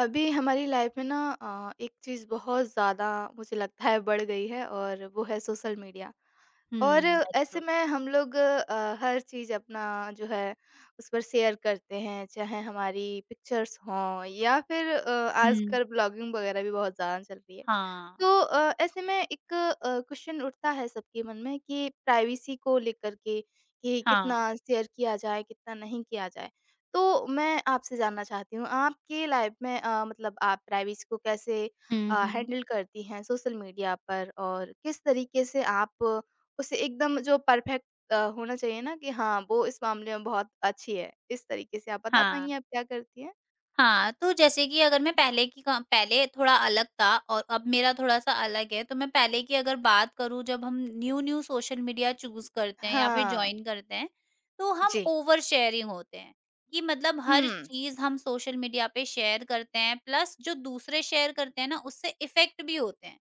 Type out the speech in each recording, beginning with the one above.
अभी हमारी लाइफ में ना एक चीज़ बहुत ज़्यादा मुझे लगता है बढ़ गई है और वो है सोशल मीडिया। हुँ, और दैट्स ऐसे ट्रू। में हम लोग हर चीज़ अपना जो है उस पर शेयर करते हैं, चाहे हमारी पिक्चर्स हों या फिर हुँ। आजकल ब्लॉगिंग वगैरह भी बहुत ज़्यादा चल रही है। तो हाँ, ऐसे में एक क्वेश्चन उठता है सबके मन में कि प्राइवेसी को लेकर के कि हाँ। कितना शेयर किया जाए, कितना नहीं किया जाए। तो मैं आपसे जानना चाहती हूँ आपके लाइफ में मतलब आप प्राइवेसी को कैसे हुँ, हुँ। हैंडल करती हैं सोशल मीडिया पर और किस तरीके से आप उसे एकदम जो परफेक्ट होना चाहिए ना कि हाँ, वो इस मामले में बहुत अच्छी है। इस तरीके से आप बता हाँ, पाएँगी आप क्या करती हैं? हाँ, तो जैसे कि अगर मैं पहले की क पहले थोड़ा अलग था और अब मेरा थोड़ा-सा अलग है। तो मैं पहले की अगर बात करूँ, जब हम न्यू-न्यू सोशल मीडिया चूज़ करते हैं या फिर हाँ, जॉइन करते हैं, तो हम जी। ओवर शेयरिंग होते हैं, कि मतलब हर हुँ, चीज़ हम सोशल मीडिया पे शेयर करते हैं, प्लस जो दूसरे शेयर करते हैं ना उससे इफ़ेक्ट भी होते हैं।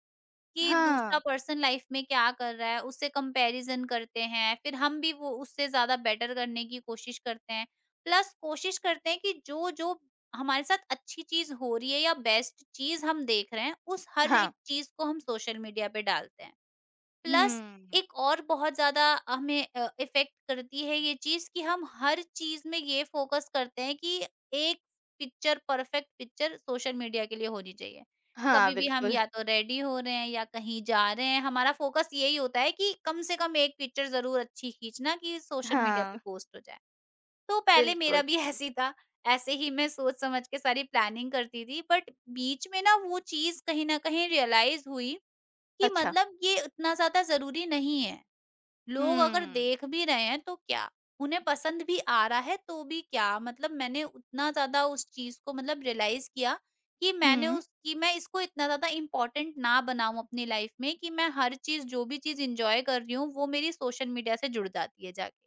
कि दूसरा हाँ, पर्सन लाइफ में क्या कर रहा है, उससे कंपैरिज़न करते हैं, फिर हम भी वो उससे ज़्यादा बेटर करने की कोशिश करते हैं। प्लस कोशिश करते हैं कि जो-जो हमारे साथ अच्छी चीज़ हो रही है या बेस्ट चीज़ हम देख रहे हैं, उस हर एक हाँ, चीज़ को हम सोशल मीडिया पे डालते हैं। प्लस हुँ, एक और बहुत ज़्यादा हमें इफ़ेक्ट करती है ये चीज़, कि हम हर चीज़ में ये फ़ोकस करते हैं कि एक picture perfect picture social media के लिए होनी चाहिए। हाँ, कभी भी हम बिल्कुल, या तो रेडी हो रहे हैं या कहीं जा रहे हैं, हमारा फ़ोकस यही होता है कि कम से कम एक पिक्चर ज़रूर अच्छी खींचना, कि सोशल मीडिया हाँ, पे पोस्ट हो जाए। तो पहले मेरा बिल्कुल, भी ऐसे ही था, ऐसे ही मैं सोच समझ के सारी प्लानिंग करती थी, बट बीच में ना वो चीज़ कहीं न कहीं रियलाइज़ हुई कि अच्छा, मतलब ये उतना ज़्यादा ज़रूरी नहीं है। लोग अगर हुँ, देख भी रहे हैं तो क्या? उन्हें पसंद भी आ रहा है तो भी क्या? मतलब मैंने उतना ज़्यादा उस चीज़ को मतलब रियलाइज़ किया, कि मैंने हुँ, उस कि मैं इसको इतना ज़्यादा इम्पोर्टेंट ना बनाऊँ अपनी लाइफ़ में, कि मैं हर चीज़ जो भी चीज़ एन्जॉय कर रही हूँ वो मेरी सोशल मीडिया से जुड़ जाती है जाके,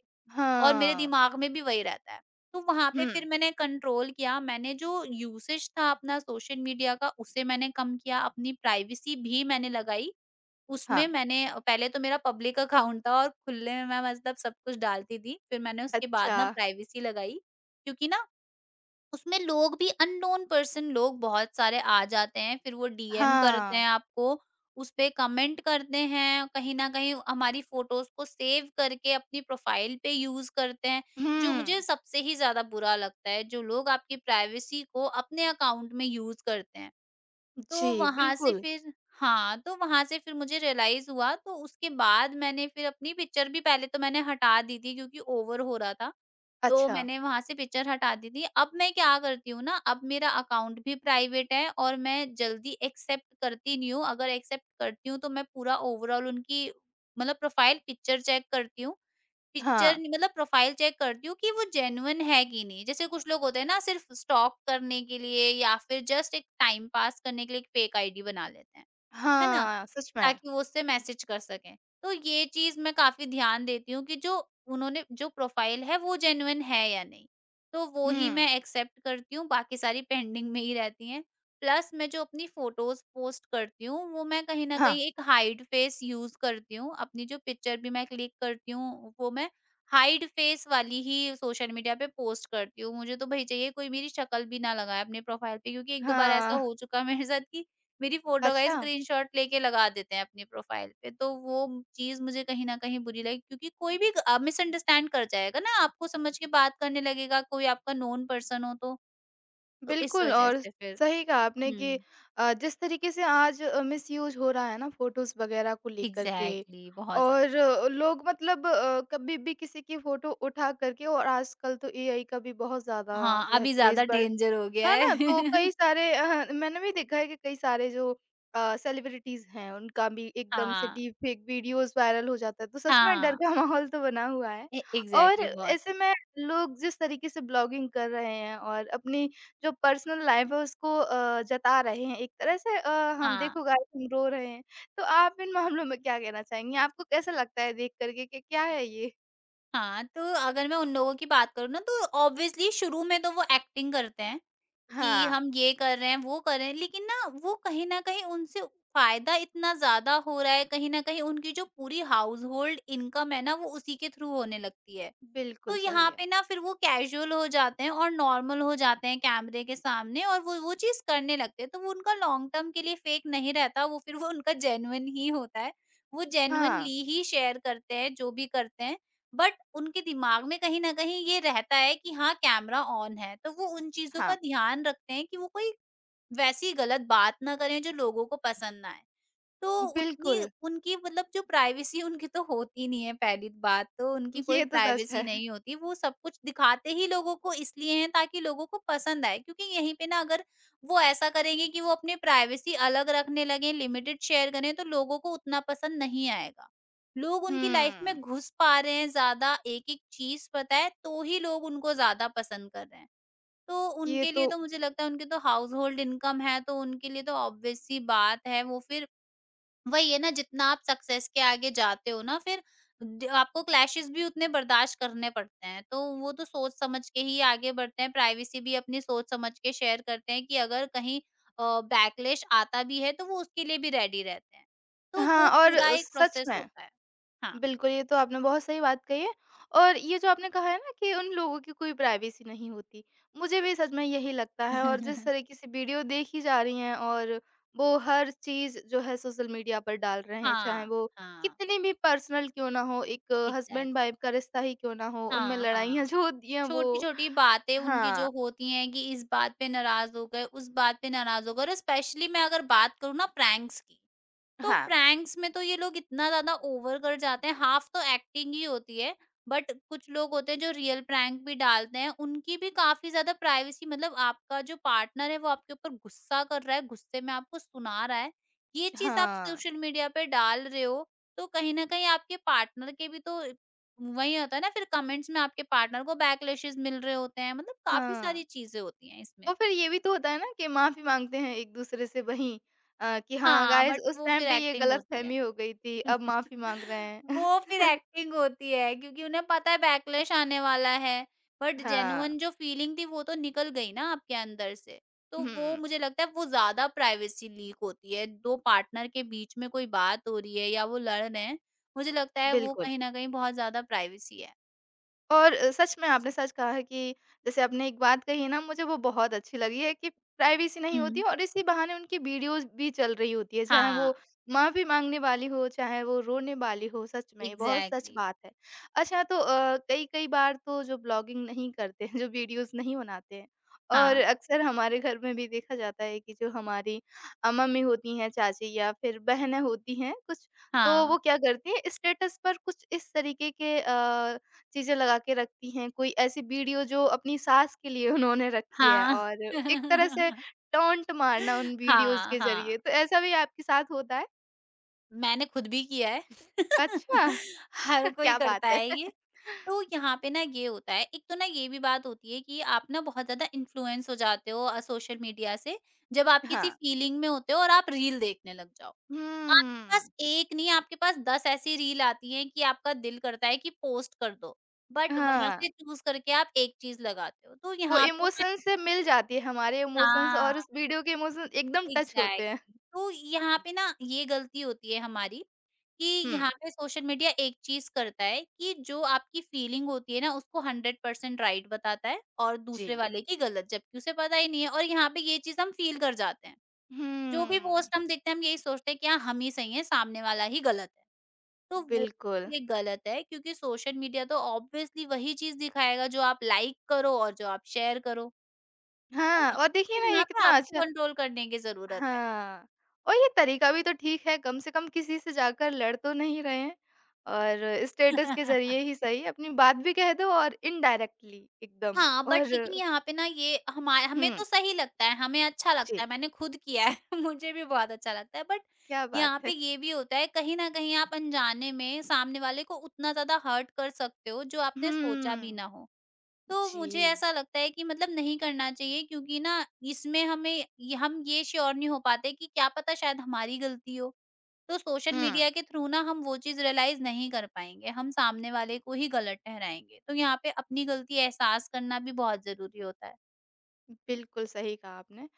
और मेरे हाँ, दिमाग में भी वही रहता है। तो वहाँ पे हुँ, फिर मैंने कंट्रोल किया, मैंने जो यूसेज था अपना सोशल मीडिया का उसे मैंने कम किया, अपनी प्राइवेसी भी मैंने लगाई, उसमें हाँ, मैंने पहले तो मेरा पब्लिक अकाउंट था और खुले में मैं मतलब सब कुछ डालती थी। फिर मैंने उसके बाद अच्छा, ना प्राइवेसी लगाई, क्योंकि ना उसमें लोग भी अननोन पर्सन लोग बहुत सारे आ जाते हैं। फिर वो डीएम करते हाँ, हैं आपको, उस पे कमेंट करते हैं, कहीं न कहीं हमारी फ़ोटोज़ को सेव करके अपनी प्रोफ़ाइल पे यूज़ करते हैं, जो हुँ, मुझे सबसे ही ज़्यादा बुरा लगता है, जो लोग आपकी प्राइवेसी को अपने अकाउंट में यूज़ करते हैं। जी, तो वहाँ से बिल्कुल, फिर हाँ, तो वहाँ से फिर मुझे रियलाइज़ हुआ, तो उसके बाद मैंने फिर अपनी पिक्चर भी पहले तो मैंने हटा दी थी, क्योंकि ओवर हो रहा था, तो अच्छा, मैंने वहाँ से पिक्चर हटा दी थी। अब मैं क्या करती हूँ ना, अब मेरा अकाउंट भी प्राइवेट है और मैं जल्दी एक्सेप्ट करती नहीं हूँ, अगर एक्सेप्ट करती हूँ तो मैं पूरा ओवरऑल उनकी मतलब प्रोफ़ाइल पिक्चर चेक करती हूँ, पिक्चर हाँ, मतलब प्रोफाइल चेक करती हूँ कि वो जेन्युइन है कि नहीं। जैसे कुछ लोग होते हैं ना, सिर्फ स्टॉक करने के लिए या फिर जस्ट एक टाइम पास करने के लिए एक फेक आईडी बना लेते हैं, है ना? हाँ, सच में, ताकि वो उससे मैसेज कर सकें। तो ये चीज़ मैं काफ़ी ध्यान देती हूँ, कि जो उन्होंने जो प्रोफ़ाइल है वो जेन्युइन है या नहीं? तो वो ही मैं हुँ, एक्सेप्ट करती हूँ, बाकी सारी पेंडिंग में ही रहती हैं। प्लस मैं जो अपनी फ़ोटोज़ पोस्ट करती हूँ, वो मैं कहीं न हाँ, कहीं एक हाइड फ़ेस यूज़ करती हूँ। अपनी जो पिक्चर भी मैं क्लिक करती हूँ, वो मैं हाइड फ़ेस वाली ही सोशल मीडिया पे पोस्ट करती हूँ। मुझे तो भई चाहिए कोई मेरी शक्ल भी ना लगाए अपने प्रोफ़ाइल पे, क्योंकि 1-2 बार ऐसा हाँ, हो चुका है मेरे साथ, कि मेरी फ़ोटो का ही अच्छा। स्क्रीनशॉट लेके लगा देते हैं अपनी प्रोफ़ाइल पे, तो वो चीज़ मुझे कहीं न कहीं बुरी लगी, क्योंकि कोई भी मिसअंडरस्टैंड कर जाएगा ना, आपको समझ के बात करने लगेगा, कोई आपका नोन पर्सन हो तो। तो इस बिल्कुल। वजह और से फिर। सही कहा आपने कि हुँ। जिस तरीके से आज मिसयूज हो रहा है ना फोटोज़ वगैरह को लेकर के, एग्ज़ैक्टली बहुत ज़्यादा। और लोग मतलब कभी भी किसी की फोटो उठा करके। और आजकल तो एआई का भी बहुत ज़्यादा जो हाँ, है अभी क्रेज़ ज़्यादा बढ़, डेंजर हो गया है है। ना? तो कई सारे मैंने भी देखा है कि कई सारे जो सेलिब्रिटीज़ हैं, उनका भी एकदम से हाँ, डीप फेक वीडियोज़ वायरल हो जाता है, तो सच में डर हाँ, का माहौल तो बना हुआ है। ए और एग्ज़ैक्टली बहुत। ऐसे में लोग जिस तरीके से ब्लॉगिंग कर रहे हैं और अपनी जो पर्सनल लाइफ़ है उसको जता रहे हैं एक तरह से, हम हाँ, देखो गाइस हम रो रहे हैं। तो आप इन मामलों में क्या कहना चाहेंगी? आपको कैसा लगता है देख कर के कि क्या है ये? हाँ, तो अगर मैं उन लोगों की बात करूँ ना, तो ऑब्वियसली शुरू में तो वो एक्टिंग करते हैं। कि हाँ, हम ये कर रहे हैं, वो कर रहे हैं, लेकिन ना वो कहीं न कहीं उनसे फ़ायदा इतना ज़्यादा हो रहा है, कहीं न कहीं उनकी जो पूरी हाउसहोल्ड इनकम है ना, वो उसी के थ्रू होने लगती है। बिल्कुल तो सही यहाँ है। पे ना फिर वो कैज़ुअल हो जाते हैं और नॉर्मल हो जाते हैं कैमरे के सामने, और वो चीज़ करने लगते हैं। तो वो उनका लॉन्ग टर्म के लिए फ़ेक नहीं रहता, वो फिर वो उनका जेन्युइन ही होता है। वो हाँ, जेन्युइनली ही शेयर करते हैं, जो भी करते हैं। बट उनके दिमाग में कहीं न कहीं ये रहता है कि हाँ, कैमरा ऑन है, तो वो उन चीज़ों का हाँ। ध्यान रखते हैं, कि वो कोई वैसी गलत बात ना करें जो लोगों को पसंद ना आए। तो उतनी बिल्कुल, उनकी मतलब जो प्राइवेसी उनकी तो होती नहीं है, पहली बात तो उनकी कोई ये तो सच प्राइवेसी है। नहीं होती। वो सब कुछ दिखाते ही लोगों को इसलिए हैं ताकि लोगों को पसंद आए, क्योंकि यहीं पे ना अगर वो ऐसा करेंगे कि वो अपनी प्राइवेसी अलग रखने लगें, लिमिटेड शेयर करें, तो लोगों को उतना पसंद नहीं आएगा। लोग उनकी लाइफ में हुँ, घुस पा रहे हैं ज़्यादा, एक-एक चीज़ पता है तो ही लोग उनको ज़्यादा पसंद कर रहे हैं। तो ये उनके तो लिए तो मुझे लगता है, उनके तो हाउसहोल्ड इनकम है तो उनके लिए तो ऑब्वियस सी बात है, वो फिर वही है ना, जितना आप सक्सेस के आगे जाते हो ना, फिर आपको क्लैशेस भी उतने बर्दाश्त करने पड़ते हैं, तो वो तो सोच समझ के ही आगे बढ़ते हैं, प्राइवेसी भी अपनी सोच समझ के शेयर करते हैं, कि अगर कहीं बैकलेश आता भी है तो वो उसके लिए भी रेडी रहते हैं, तो हाँ वो और पूरा एक सच प्रोसेस में, होता है। हाँ। बिल्कुल ये तो आपने बहुत सही बात कही है। और ये जो आपने कहा है ना कि उन लोगों की कोई प्राइवेसी नहीं होती, मुझे भी सच में यही लगता है। और जिस तरीके से वीडियो देखी जा रही हैं और वो हर चीज़ जो है सोशल मीडिया पर डाल रहे हैं, चाहे हाँ, वो हाँ, कितनी भी पर्सनल क्यों ना हो, एक हस्बैंड एग्जैक्टली। वाइफ का रिश्ता ही क्यों ना हो, उनमें हाँ, हाँ, लड़ाइयाँ जो होती हैं छोटी वो छोटी बातें उनकी हाँ, जो होती हैं, कि इस बात पे नाराज हो गए, उस बात पे नाराज हो गए, और स्पेशली मैं अगर बात करूँ ना प्रैंक्स की, तो हाँ, प्रैंक्स में तो ये लोग इतना ज़्यादा ओवर कर जाते हैं, हाफ तो एक्टिंग ही होती है। बट कुछ लोग होते हैं जो रियल प्रैंक भी डालते हैं, उनकी भी काफ़ी ज़्यादा प्राइवेसी, मतलब आपका जो पार्टनर है वो आपके ऊपर गुस्सा कर रहा है, गुस्से में आपको सुना रहा है, ये चीज़ आप हाँ, सोशल मीडिया पे डाल रहे हो, तो कहीं न कहीं आपके पार्टनर के भी तो वही होता है ना, फिर कमेंट्स में आपके पार्टनर को बैकलैशेस मिल रहे होते हैं, मतलब काफ़ी हाँ। सारी चीज़ें होती हैं इसमें और भी। फिर ये भी तो होता है ना कि माफ़ी माँगते हैं एक-दूसरे से वहीं, कि हाँ हाँ, गाइज़ बट उस वो टाइम फिर पे ये एक्टिंग होती गलतफ़हमी है। हो गई थी, अब माफ़ी माँग रहे हैं। वो फिर एक्टिंग होती है, क्योंकि उन्हें पता है बैकलैश आने वाला है, बट हाँ। जेन्युइन जो फीलिंग थी वो तो निकल गई ना आपके अंदर से। तो वो हुँ, मुझे लगता है वो ज़्यादा प्राइवेसी लीक होती है, 2 पार्टनर के बीच में कोई बात हो रही है या वो लड़ रहे हैं, मुझे लगता है वो बिल्कुल। कहीं न कहीं बहुत ज़्यादा प्राइवेसी है। और सच में आपने सच कहा है कि जैसे आपने एक बात कही है ना मुझे वो बहुत अच्छी लगी है कि प्राइवेसी नहीं होती हुँ। और इसी बहाने उनकी वीडियोस भी चल रही होती है, चाहे वो हाँ, माफी मांगने वाली हो चाहे वो रोने वाली हो। सच में ये बहुत सच एग्ज़ैक्टली। बात है। अच्छा, तो कई कई बार तो जो ब्लॉगिंग नहीं करते हैं जो वीडियोस नहीं बनाते हैं, और हाँ, अक्सर हमारे घर में भी देखा जाता है कि जो हमारी मम्मी होती हैं चाची या फिर बहनें होती हैं कुछ, तो हाँ, वो क्या करती हैं स्टेटस पर कुछ इस तरीके के चीज़ें लगा के रखती हैं, कोई ऐसी वीडियो जो अपनी सास के लिए उन्होंने रखी है हाँ। और एक तरह से टॉन्ट मारना उन वीडियोज़ हाँ, के ज़रिए, हाँ। तो ऐसा भी आपके साथ होता है? मैंने खुद भी किया है। अच्छा! हर कोई क्या करता बात है। है ये। तो यहाँ पे ना ये होता है, एक तो ना ये भी बात होती है कि आप ना बहुत ज़्यादा इन्फ्लुएंस हो जाते हो सोशल मीडिया से, जब आप किसी हाँ। फीलिंग में होते हो और आप रील देखने लग जाओ। आपके पास हुँ। 1 नहीं, आपके पास 10 ऐसी रील आती हैं कि आपका दिल करता है कि पोस्ट कर दो, बट वहाँ हाँ, से चूज़ करके आप एक चीज़ लगाते हो। तो वो यहाँ पे मैं। इमोशंस से मिल जाती है, हमारे इमोशंस हाँ। और उस वीडियो के इमोशंस एकदम टच होते हैं। एग्ज़ैक्टली, तो यहाँ पे ना ये गलती होती है हमारी, कि हुँ, यहाँ पे सोशल मीडिया एक चीज़ करता है कि जो आपकी फ़ीलिंग होती है ना उसको 100% राइट बताता है और दूसरे जी। वाले की गलत, जबकि उसे पता ही नहीं है, और यहाँ पे ये चीज़ हम फ़ील कर जाते हैं। जो भी हुँ, पोस्ट हम देखते हैं हम यही सोचते हैं, कि हाँ, हम ही सही हैं, सामने वाला ही गलत है। तो वो बिल्कुल। ये गलत है, क्योंकि सोशल मीडिया तो ऑब्वियसली वही चीज़ दिखाएगा जो आप लाइक करो और जो आप शेयर करो, है हाँ, ना? और देखिए तो ना ये यहाँ पे कितना आपको अच्छा कंट्रोल करने की ज़रूरत है। हाँ, और ये तरीका भी तो ठीक है, कम से कम किसी से जाकर लड़ तो नहीं रहे हैं और स्टेटस के ज़रिए ही सही अपनी बात भी कह दो और इनडायरेक्टली एकदम। हाँ, बट और लेकिन यहाँ पे ना ये हमा हमें हुँ, तो सही लगता है, हमें अच्छा लगता जी। है, मैंने खुद किया है। मुझे भी बहुत अच्छा लगता है। बट क्या बात यहाँ पे है। ये भी होता है, कहीं न कहीं आप अनजाने में सामने वाले को उतना ज़्यादा हर्ट कर सकते हो, जो आपने सोचा भी हुँ। ना हो। तो मुझे जी। ऐसा लगता है कि मतलब नहीं करना चाहिए, क्योंकि ना इसमें हमें हम ये श्योर नहीं हो पाते कि क्या पता शायद हमारी गलती हो। तो सोशल हुँ। मीडिया के थ्रू ना हम वो चीज रियलाइज नहीं कर पाएंगे, हम सामने वाले को ही गलत ठहराएंगे। तो यहाँ पे अपनी गलती एहसास करना भी बहुत जरूरी होता है। बिल्कुल सही कहा आपने।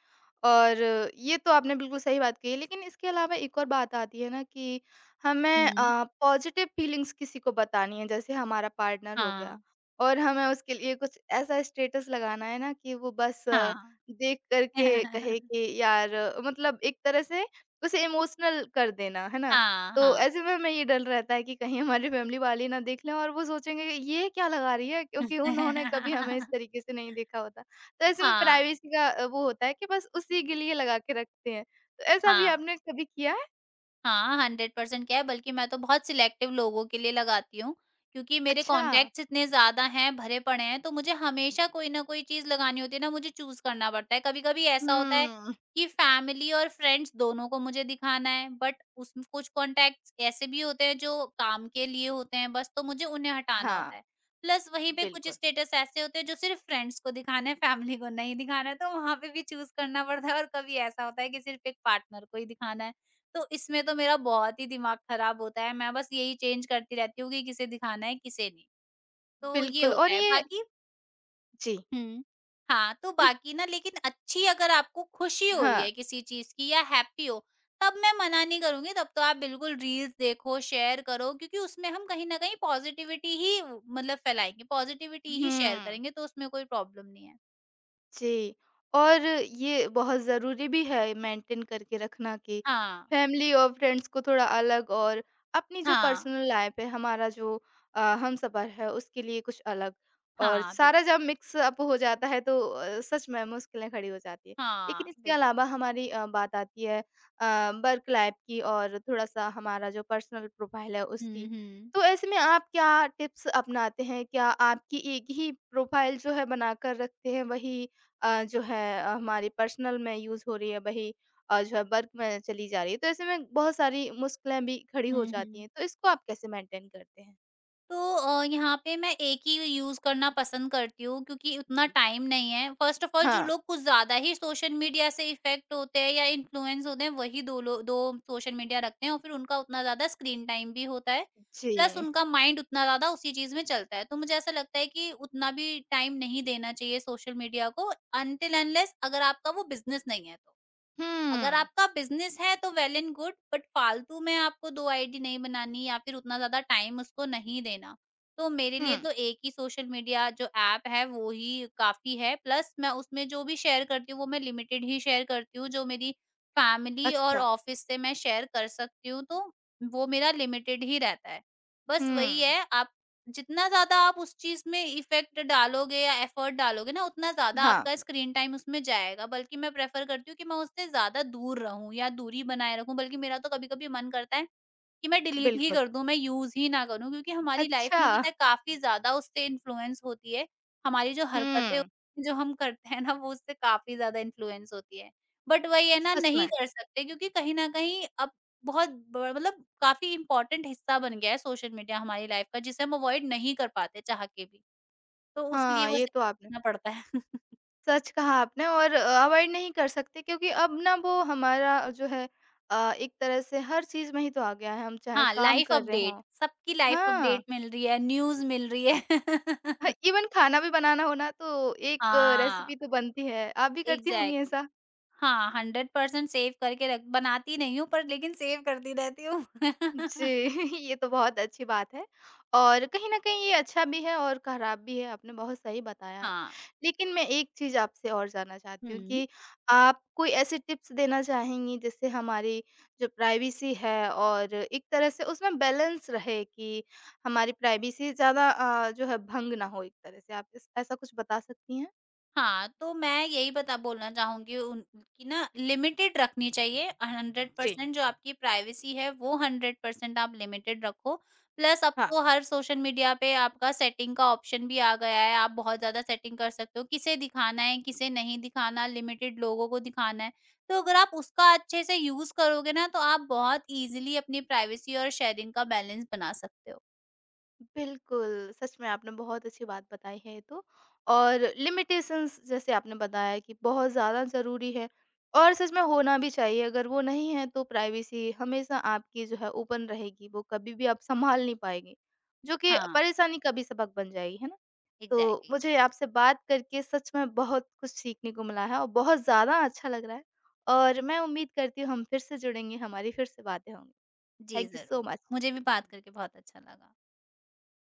और ये तो आपने बिल्कुल सही बात कही है, लेकिन इसके अलावा एक और बात आती है ना कि हमें हम्म। पॉज़िटिव फीलिंग्स किसी को बतानी है, जैसे हमारा पार्टनर हो गया हाँ, और हमें उसके लिए कुछ ऐसा स्टेटस लगाना है ना कि वो बस हाँ। देख कर के कहे कि यार, मतलब एक तरह से उसे इमोशनल कर देना, है ना? हाँ, तो हाँ। ऐसे में हमें ये डर रहता है कि कहीं हमारी फैमिली वाले ना देख लें और वो सोचेंगे कि "ये क्या लगा रही है?" क्योंकि उन्होंने कभी हमें इस तरीके से नहीं देखा होता। तो ऐसे में हाँ, प्राइवेसी का वो होता है कि बस उसी के लिए लगा के रखते हैं। तो ऐसा भी हाँ। आपने कभी किया है? हाँ, 100% क्या है, बल्कि मैं तो बहुत सिलेक्टिव लोगों के लिए लगाती हूँ, क्योंकि मेरे अच्छा। कॉन्टैक्ट्स इतने ज़्यादा हैं, भरे पड़े हैं, तो मुझे हमेशा कोई ना कोई चीज़ लगानी होती है ना, मुझे चूज़ करना पड़ता है। कभी-कभी ऐसा होता है हुँ। कि फैमिली और फ्रेंड्स दोनों को मुझे दिखाना है, बट उसमें कुछ कॉन्टैक्ट्स ऐसे भी होते हैं जो काम के लिए होते हैं बस, तो मुझे उन्हें हटाना हाँ, होता है। प्लस वहीं पे कुछ बिल्कुल। स्टेटस ऐसे होते हैं जो सिर्फ़ फ्रेंड्स को दिखाना है, फैमिली को नहीं दिखाना है, तो वहाँ पे भी चूज़ करना पड़ता है, और कभी ऐसा होता है कि सिर्फ़ एक पार्टनर को ही दिखाना है। तो इसमें तो मेरा बहुत ही दिमाग खराब होता है, मैं बस यही चेंज करती रहती हूँ कि किसे दिखाना है, किसे नहीं। तो ये बिल्कुल और होता है, ये बाकी जी, हुँ। हाँ, तो बिल बाकी ना, लेकिन अच्छी अगर आपको खुशी हो रही हाँ। है किसी चीज़ की या हैप्पी हो, तब मैं मना नहीं करूँगी, तब तो आप बिल्कुल रील्स देखो, शेयर करो क्योंकि उसमें हम कहीं न कहीं पॉज़िटिविटी ही मतलब फैलाएँगे, पॉज़िटिविटी ही शेयर हुँ। करेंगे, तो उसमें कोई प्रॉब्लम नहीं है। जी, और ये बहुत ज़रूरी भी है मेंटेन करके रखना कि हाँ, फैमिली और फ्रेंड्स को थोड़ा अलग, और अपनी जो हाँ, पर्सनल लाइफ है, हमारा जो हमसफ़र है, उसके लिए कुछ अलग। और हाँ, सारा बिल्कुल। जब मिक्स अप हो जाता है तो सच में मुश्किलें खड़ी हो जाती हैं। लेकिन हाँ, इसके बिल अलावा हमारी बात आती है वर्क लाइफ की और थोड़ा-सा हमारा जो पर्सनल प्रोफ़ाइल है उसकी। हुँ, हुँ। तो ऐसे में आप क्या टिप्स अपनाते हैं? क्या आपकी एक ही प्रोफ़ाइल जो है बनाकर रखते हैं, वही जो है हमारी पर्सनल में यूज़ हो रही है वही जो है वर्क में चली जा रही है। तो ऐसे में बहुत सारी मुश्किलें भी खड़ी हो हुँ, जाती हुँ। हैं। तो इसको आप कैसे मेंटेन करते हैं? तो यहाँ पे मैं एक ही यूज़ करना पसंद करती हूँ क्योंकि उतना टाइम नहीं है। फर्स्ट ऑफ ऑल जो हाँ। लोग कुछ ज़्यादा ही सोशल मीडिया से इफ़ेक्ट होते हैं या इन्फ्लुएंस होते हैं, वही 2 सोशल मीडिया रखते हैं और फिर उनका उतना ज़्यादा स्क्रीन टाइम भी होता है। प्लस जी। उनका माइंड उतना ज़्यादा उसी चीज़ में चलता है। तो मुझे ऐसा लगता है कि उतना भी टाइम नहीं देना चाहिए सोशल मीडिया को, अनटिल अनलेस अगर आपका वो बिज़नेस नहीं है तो। अगर हुँ, आपका बिज़नेस है तो वेल एंड गुड, बट फालतू में आपको 2 आईडी नहीं बनानी, या फिर उतना ज़्यादा टाइम उसको नहीं देना। तो मेरे हुँ। लिए तो एक ही सोशल मीडिया जो ऐप है वो ही काफ़ी है, प्लस मैं उसमें जो भी शेयर करती हूँ वो मैं लिमिटेड ही शेयर करती हूँ, जो मेरी फैमिली और अच्छा। ऑफ़िस से मैं शेयर कर सकती हूँ तो वो मेरा लिमिटेड ही रहता है। बस वही हुँ। है, आप जितना ज़्यादा आप उस चीज़ में इफ़ेक्ट डालोगे या एफ़र्ट डालोगे ना, उतना ज़्यादा हाँ, आपका स्क्रीन टाइम उसमें जाएगा। बल्कि मैं प्रेफ़र करती हूँ कि मैं उससे ज़्यादा दूर रहूँ या दूरी बनाए रखूँ, बल्कि मेरा तो कभी-कभी मन करता है कि मैं डिलीट ही बिल्कुल। कर दूँ, मैं यूज़ ही ना करूँ, क्योंकि हमारी लाइफ़ अच्छा। में पता है काफ़ी ज़्यादा उससे इन्फ्लुएंस होती है। हमारी जो हरकतें हुँ। होती हैं, जो हम करते हैं ना वो उससे काफ़ी ज़्यादा इन्फ्लुएंस होती है। बट वही है ना, सच नहीं में। कर सकते क्योंकि कहीं न कहीं अब बहुत ब मतलब काफ़ी इम्पोर्टेंट हिस्सा बन गया है सोशल मीडिया हमारी लाइफ़ का, जिसे हम अवॉइड नहीं कर पाते चाह के भी। तो उस लिए हाँ, वो ये तो आपने देखना पड़ता है। सच कहा आपने। और अवॉइड नहीं कर सकते क्योंकि अब ना वो हमारा जो है एक तरह से हर चीज़ में ही तो आ गया है, हम चाहे हाँ, काम लाइफ़ कर रहे अपडेट, हों। सबकी लाइफ़ हाँ। अपडेट मिल रही है, न्यूज़ मिल रही है। हाँ, इवन खाना भी बनाना हो ना तो एक हाँ, रेसिपी तो बनती है। आप भी करती होंगी एग्ज़ैक्टली। ऐसा? हाँ, 100% सेव करके रख बनाती नहीं हूँ पर लेकिन सेव करती रहती हूँ। जी, ये तो बहुत अच्छी बात है। और कहीं न कहीं ये अच्छा भी है और खराब भी है, आपने बहुत सही बताया है। हाँ। लेकिन मैं एक चीज़ आपसे और जानना चाहती हूँ हुँ। कि आप कोई ऐसी टिप्स देना चाहेंगी जिससे हमारी जो प्राइवेसी है और एक तरह से उसमें बैलेंस रहे कि हमारी प्राइवेसी ज़्यादा जो है भंग ना हो एक तरह से, आप इस ऐसा कुछ बता सकती हैं? हाँ, तो मैं यही बता बोलना चाहूँगी उन कि ना लिमिटेड रखनी चाहिए। जी, 100% जो आपकी प्राइवेसी है वो 100% आप लिमिटेड रखो। प्लस अब हाँ। तो हर सोशल मीडिया पे आपका सेटिंग का ऑप्शन भी आ गया है। आप बहुत ज़्यादा सेटिंग कर सकते हो, किसे दिखाना है, किसे नहीं दिखाना, लिमिटेड लोगों को दिखाना है। तो अगर आप उसका अच्छे से यूज़ करोगे ना, तो आप बहुत ईज़िली अपनी प्राइवेसी और शेयरिंग का बैलेंस बना सकते हो। बिल्कुल, सच में आपने बहुत अच्छी बात बताई है ये तो। और लिमिटेशंस जैसे आपने बताया कि बहुत ज़्यादा ज़रूरी है, और सच में होना भी चाहिए। अगर वो नहीं है तो प्राइवेसी हमेशा आपकी जो है ओपन रहेगी, वो कभी भी आप सँभाल नहीं पाएँगे, जो कि हाँ, परेशानी का भी सबक बन जाएगी, है ना? तो एग्ज़ैक्टली। मुझे आपसे बात करके सच में बहुत कुछ सीखने को मिला है और बहुत ज़्यादा अच्छा लग रहा है, और मैं उम्मीद करती हूँ हम फिर से जुड़ेंगे, हमारी फिर से बातें होंगी। जी, थैंक यू सो ज़रूर। मच। मुझे भी बात करके बहुत अच्छा लगा।